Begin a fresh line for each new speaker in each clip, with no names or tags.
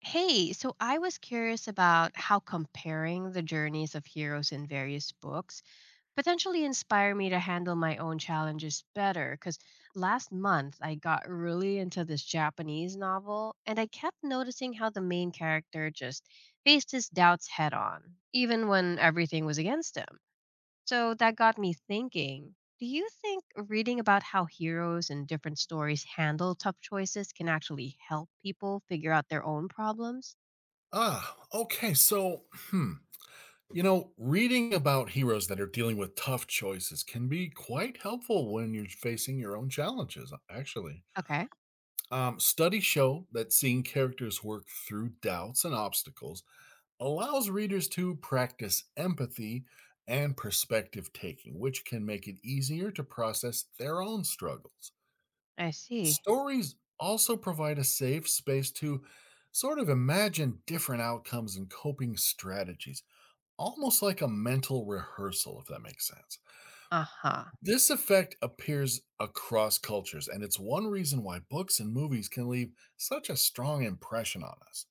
Hey, so I was curious about how comparing the journeys of heroes in various books potentially inspire me to handle my own challenges better. Because last month I got really into this Japanese novel and I kept noticing how the main character just faced his doubts head on, even when everything was against him. So that got me thinking, do you think reading about how heroes in different stories handle tough choices can actually help people figure out their own problems?
Ah, okay. So, you know, reading about heroes that are dealing with tough choices can be quite helpful when you're facing your own challenges, actually.
Okay,
Studies show that seeing characters work through doubts and obstacles allows readers to practice empathy and perspective taking, which can make it easier to process their own struggles.
I see.
Stories also provide a safe space to sort of imagine different outcomes and coping strategies almost like a mental rehearsal, if that makes sense.
Uh-huh.
This effect appears across cultures, and it's one reason why books and movies can leave such a strong impression on us.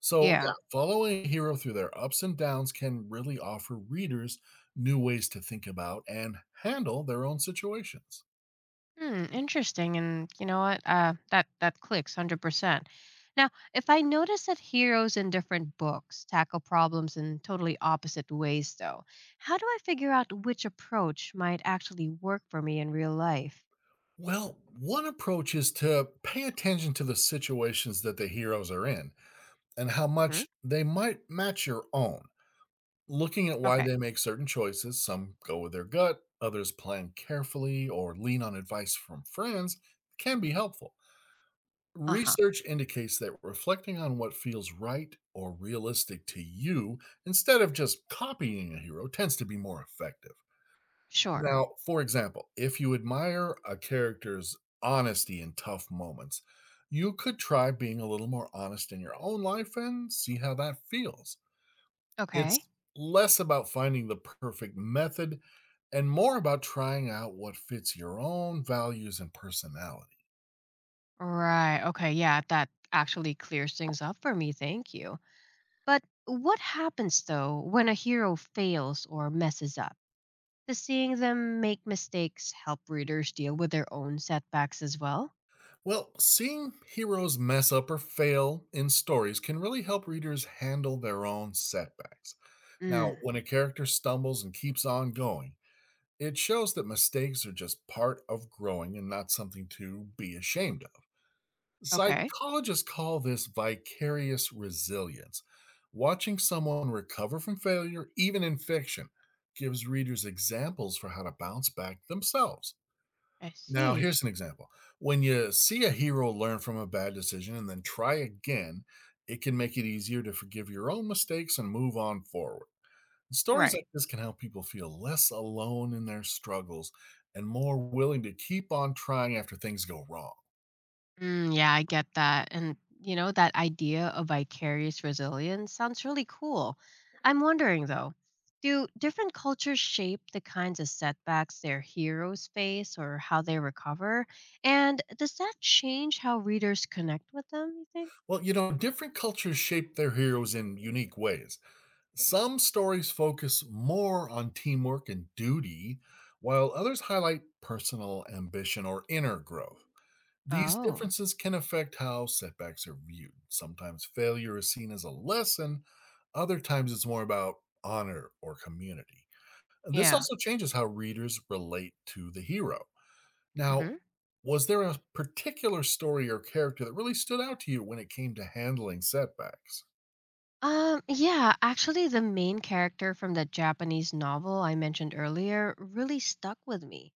So, yeah,
Yeah.
following a hero through their ups and downs can really offer readers new ways to think about and handle their own situations.
Hmm, interesting. And you know what? That clicks 100%. Now, if I notice that heroes in different books tackle problems in totally opposite ways though, how do I figure out which approach might actually work for me in real life?
Well, one approach is to pay attention to the situations that the heroes are in and how
Hmm.
much they might match your own. Looking at why
Okay.
they make certain choices, some go with their gut, others plan carefully or lean on advice from friends, can be helpful.
Uh-huh.
Research indicates that reflecting on what feels right or realistic to you instead of just copying a hero tends to be more effective.
Sure.
Now, for example, if you admire a character's honesty in tough moments, you could try being a little more honest in your own life and see how that feels.
Okay.
It's less about finding the perfect method and more about trying out what fits your own values and personality.
Right. Okay. Yeah, that actually clears things up for me. Thank you. But what happens though when a hero fails or messes up? Does seeing them make mistakes help readers deal with their own setbacks as well?
Well, seeing heroes mess up or fail in stories can really help readers handle their own setbacks. Now,
Mm,
when a character stumbles and keeps on going, it shows that mistakes are just part of growing and not something to be ashamed of.
okay,
Psychologists call this vicarious resilience. Watching someone recover from failure, even in fiction, gives readers examples for how to bounce back themselves.
I
Now,
see.
here's an example. When you see a hero learn from a bad decision and then try again, it can make it easier to forgive your own mistakes and move on forward. Stories
Right.
like this can help people feel less alone in their struggles and more willing to keep on trying after things go wrong.
Mm, yeah, I get that. And, you know, that idea of vicarious resilience sounds really cool. I'm wondering, though, do different cultures shape the kinds of setbacks their heroes face or how they recover? And does that change how readers connect with them, you think?
Well, you know, different cultures shape their heroes in unique ways. Some stories focus more on teamwork and duty, while others highlight personal ambition or inner growth. These
Oh,
differences can affect how setbacks are viewed. Sometimes failure is seen as a lesson, other times it's more about honor or community. This
yeah.
also changes how readers relate to the hero. Now,
Hmm.
was there a particular story or character that really stood out to you when it came to handling setbacks?
Yeah, actually, the main character from the Japanese novel I mentioned earlier really stuck with me.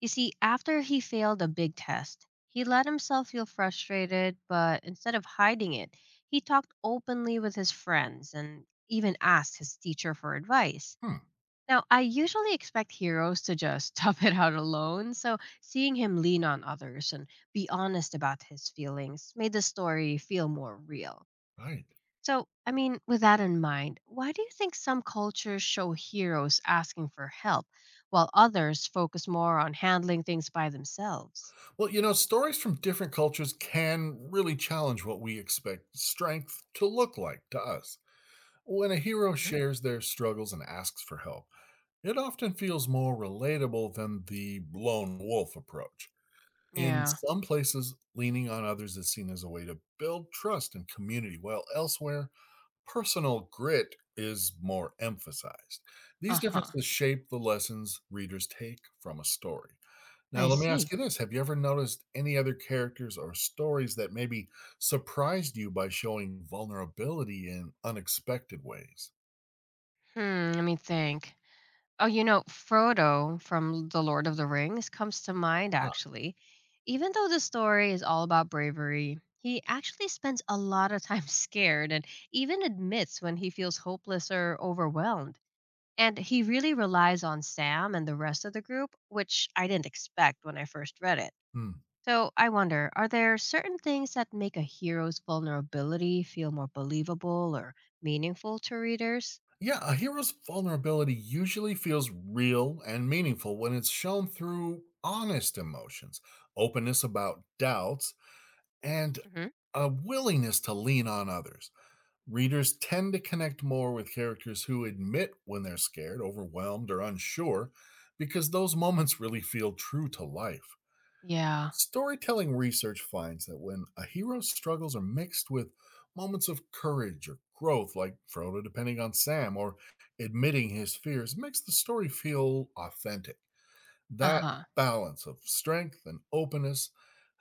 You see, after he failed a big test, he let himself feel frustrated, but instead of hiding it, he talked openly with his friends and even asked his teacher for advice.
Hmm.
Now, I usually expect heroes to just tough it out alone, so seeing him lean on others and be honest about his feelings made the story feel more real.
Right.
So, I mean, with that in mind, why do you think some cultures show heroes asking for help while others focus more on handling things by themselves?
Well, you know, stories from different cultures can really challenge what we expect strength to look like to us. When a hero
Hmm.
shares their struggles and asks for help, it often feels more relatable than the lone wolf approach. In
Yeah.
some places, leaning on others is seen as a way to build trust and community, while elsewhere, personal grit is more emphasized.
Uh
These
huh.
differences shape the lessons readers take from a story. Now,
I
let me ask
see.
you this. Have you ever noticed any other characters or stories that maybe surprised you by showing vulnerability in unexpected ways?
Hmm. Let me think. Oh, you know, Frodo from The Lord of the Rings comes to mind,
Ah,
actually. Even though the story is all about bravery, he actually spends a lot of time scared and even admits when he feels hopeless or overwhelmed. And he really relies on Sam and the rest of the group, which I didn't expect when I first read it.
hmm.
So I wonder, are there certain things that make a hero's vulnerability feel more believable or meaningful to readers?
Yeah, a hero's vulnerability usually feels real and meaningful when it's shown through honest emotions, openness about doubts, and
Hmm.
a willingness to lean on others. Readers tend to connect more with characters who admit when they're scared, overwhelmed, or unsure because those moments really feel true to life.
Yeah.
Storytelling research finds that when a hero's struggles are mixed with moments of courage or growth, like Frodo depending on Sam or admitting his fears, makes the story feel authentic.
Uh
That
huh.
balance of strength and openness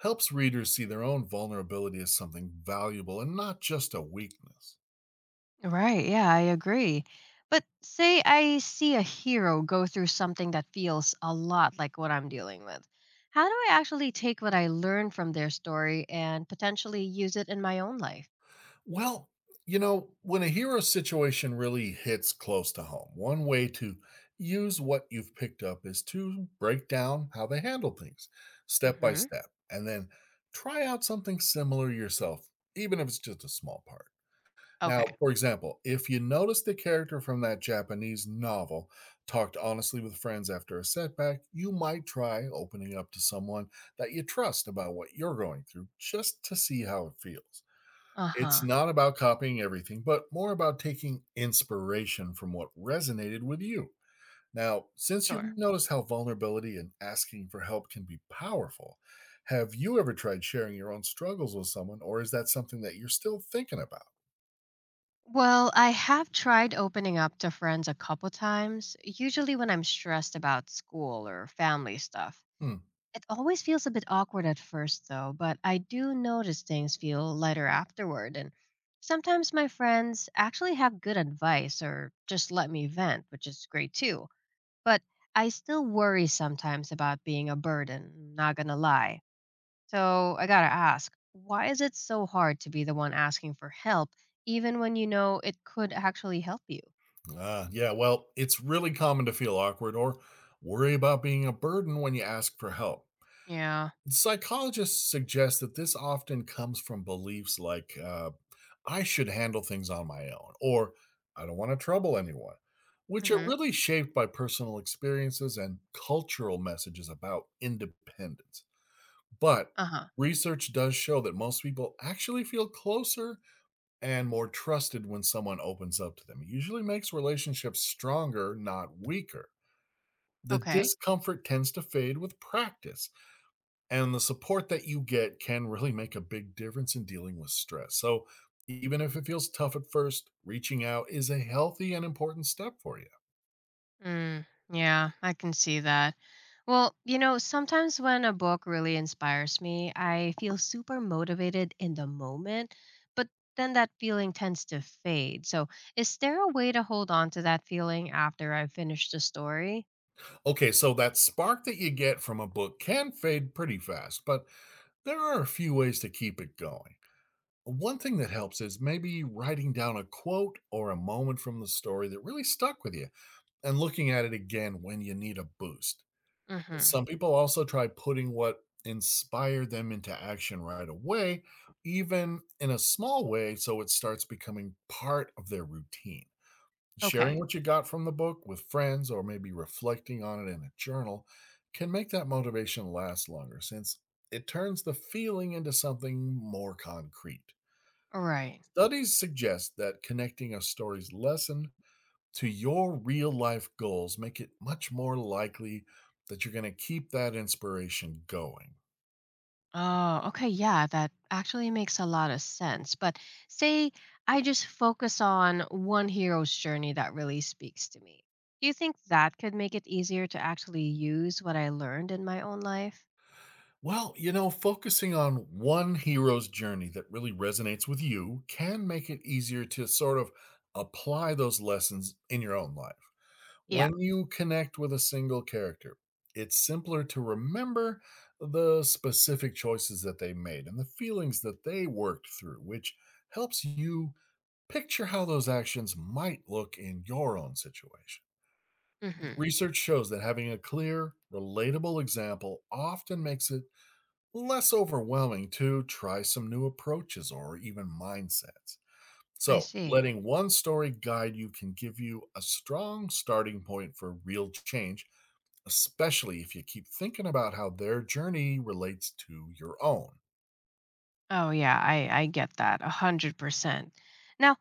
helps readers see their own vulnerability as something valuable and not just a weakness.
Right. Yeah, I agree. But say I see a hero go through something that feels a lot like what I'm dealing with. How do I actually take what I learned from their story and potentially use it in my own life?
Well, you know, when a hero situation really hits close to home, one way to use what you've picked up is to break down how they handle things step by
Hmm.
step and then try out something similar yourself, even if it's just a small part.
Okay.
Now, for example, if you notice the character from that Japanese novel talked honestly with friends after a setback, you might try opening up to someone that you trust about what you're going through just to see how it feels.
Uh
It's
huh.
not about copying everything, but more about taking inspiration from what resonated with you. Now, since you've
Sure.
noticed how vulnerability and asking for help can be powerful, have you ever tried sharing your own struggles with someone, or is that something that you're still thinking about?
Well, I have tried opening up to friends a couple times, usually when I'm stressed about school or family stuff.
Hmm.
It always feels a bit awkward at first, though, but I do notice things feel lighter afterward. And sometimes my friends actually have good advice or just let me vent, which is great too. But I still worry sometimes about being a burden, not gonna lie. So I gotta ask, why is it so hard to be the one asking for help, even when you know it could actually help you?
Ah, yeah, well, it's really common to feel awkward or worry about being a burden when you ask for help.
Yeah.
Psychologists suggest that this often comes from beliefs like I should handle things on my own, or I don't want to trouble anyone, which are
Mm-hmm.
really shaped by personal experiences and cultural messages about independence. But
Uh huh.
research does show that most people actually feel closer and more trusted when someone opens up to them. It usually makes relationships stronger, not weaker. The
Okay.
discomfort tends to fade with practice and the support that you get can really make a big difference in dealing with stress. So, even if it feels tough at first, reaching out is a healthy and important step for you.
Mm, yeah, I can see that. Well, you know, sometimes when a book really inspires me, I feel super motivated in the moment, but then that feeling tends to fade. So, is there a way to hold on to that feeling after I've finished the story?
Okay, so that spark that you get from a book can fade pretty fast, but there are a few ways to keep it going. One thing that helps is maybe writing down a quote or a moment from the story that really stuck with you and looking at it again when you need a boost.
Mm hmm.
Some people also try putting what inspired them into action right away, even in a small way, so it starts becoming part of their routine. Sharing
Okay.
what you got from the book with friends or maybe reflecting on it in a journal can make that motivation last longer since it turns the feeling into something more concrete.
All right.
Studies suggest that connecting a story's lesson to your real life goals make it much more likely that you're going to keep that inspiration going.
Oh, okay. Yeah, that actually makes a lot of sense. But say I just focus on one hero's journey that really speaks to me. Do you think that could make it easier to actually use what I learned in my own life?
Well, you know, focusing on one hero's journey that really resonates with you can make it easier to sort of apply those lessons in your own life.
Yeah.
When you connect with a single character, it's simpler to remember the specific choices that they made and the feelings that they worked through, which helps you picture how those actions might look in your own situation.
Mm-hmm.
Research shows that having a clear, relatable example often makes it less overwhelming to try some new approaches or even mindsets.
I
So,
see.
letting one story guide you can give you a strong starting point for real change especially if you keep thinking about how their journey relates to your own.
Oh, yeah. I get that a 100%. Now,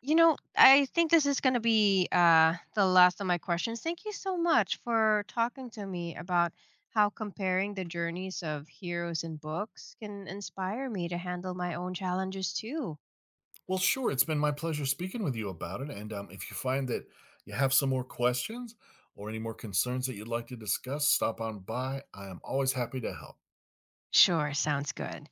you know, I think this is going to be the last of my questions. Thank you so much for talking to me about how comparing the journeys of heroes in books can inspire me to handle my own challenges too.
Well, sure, it's been my pleasure speaking with you about it. And if you find that you have some more questions or any more concerns that you'd like to discuss, stop on by. I am always happy to help.
Sure, sounds good.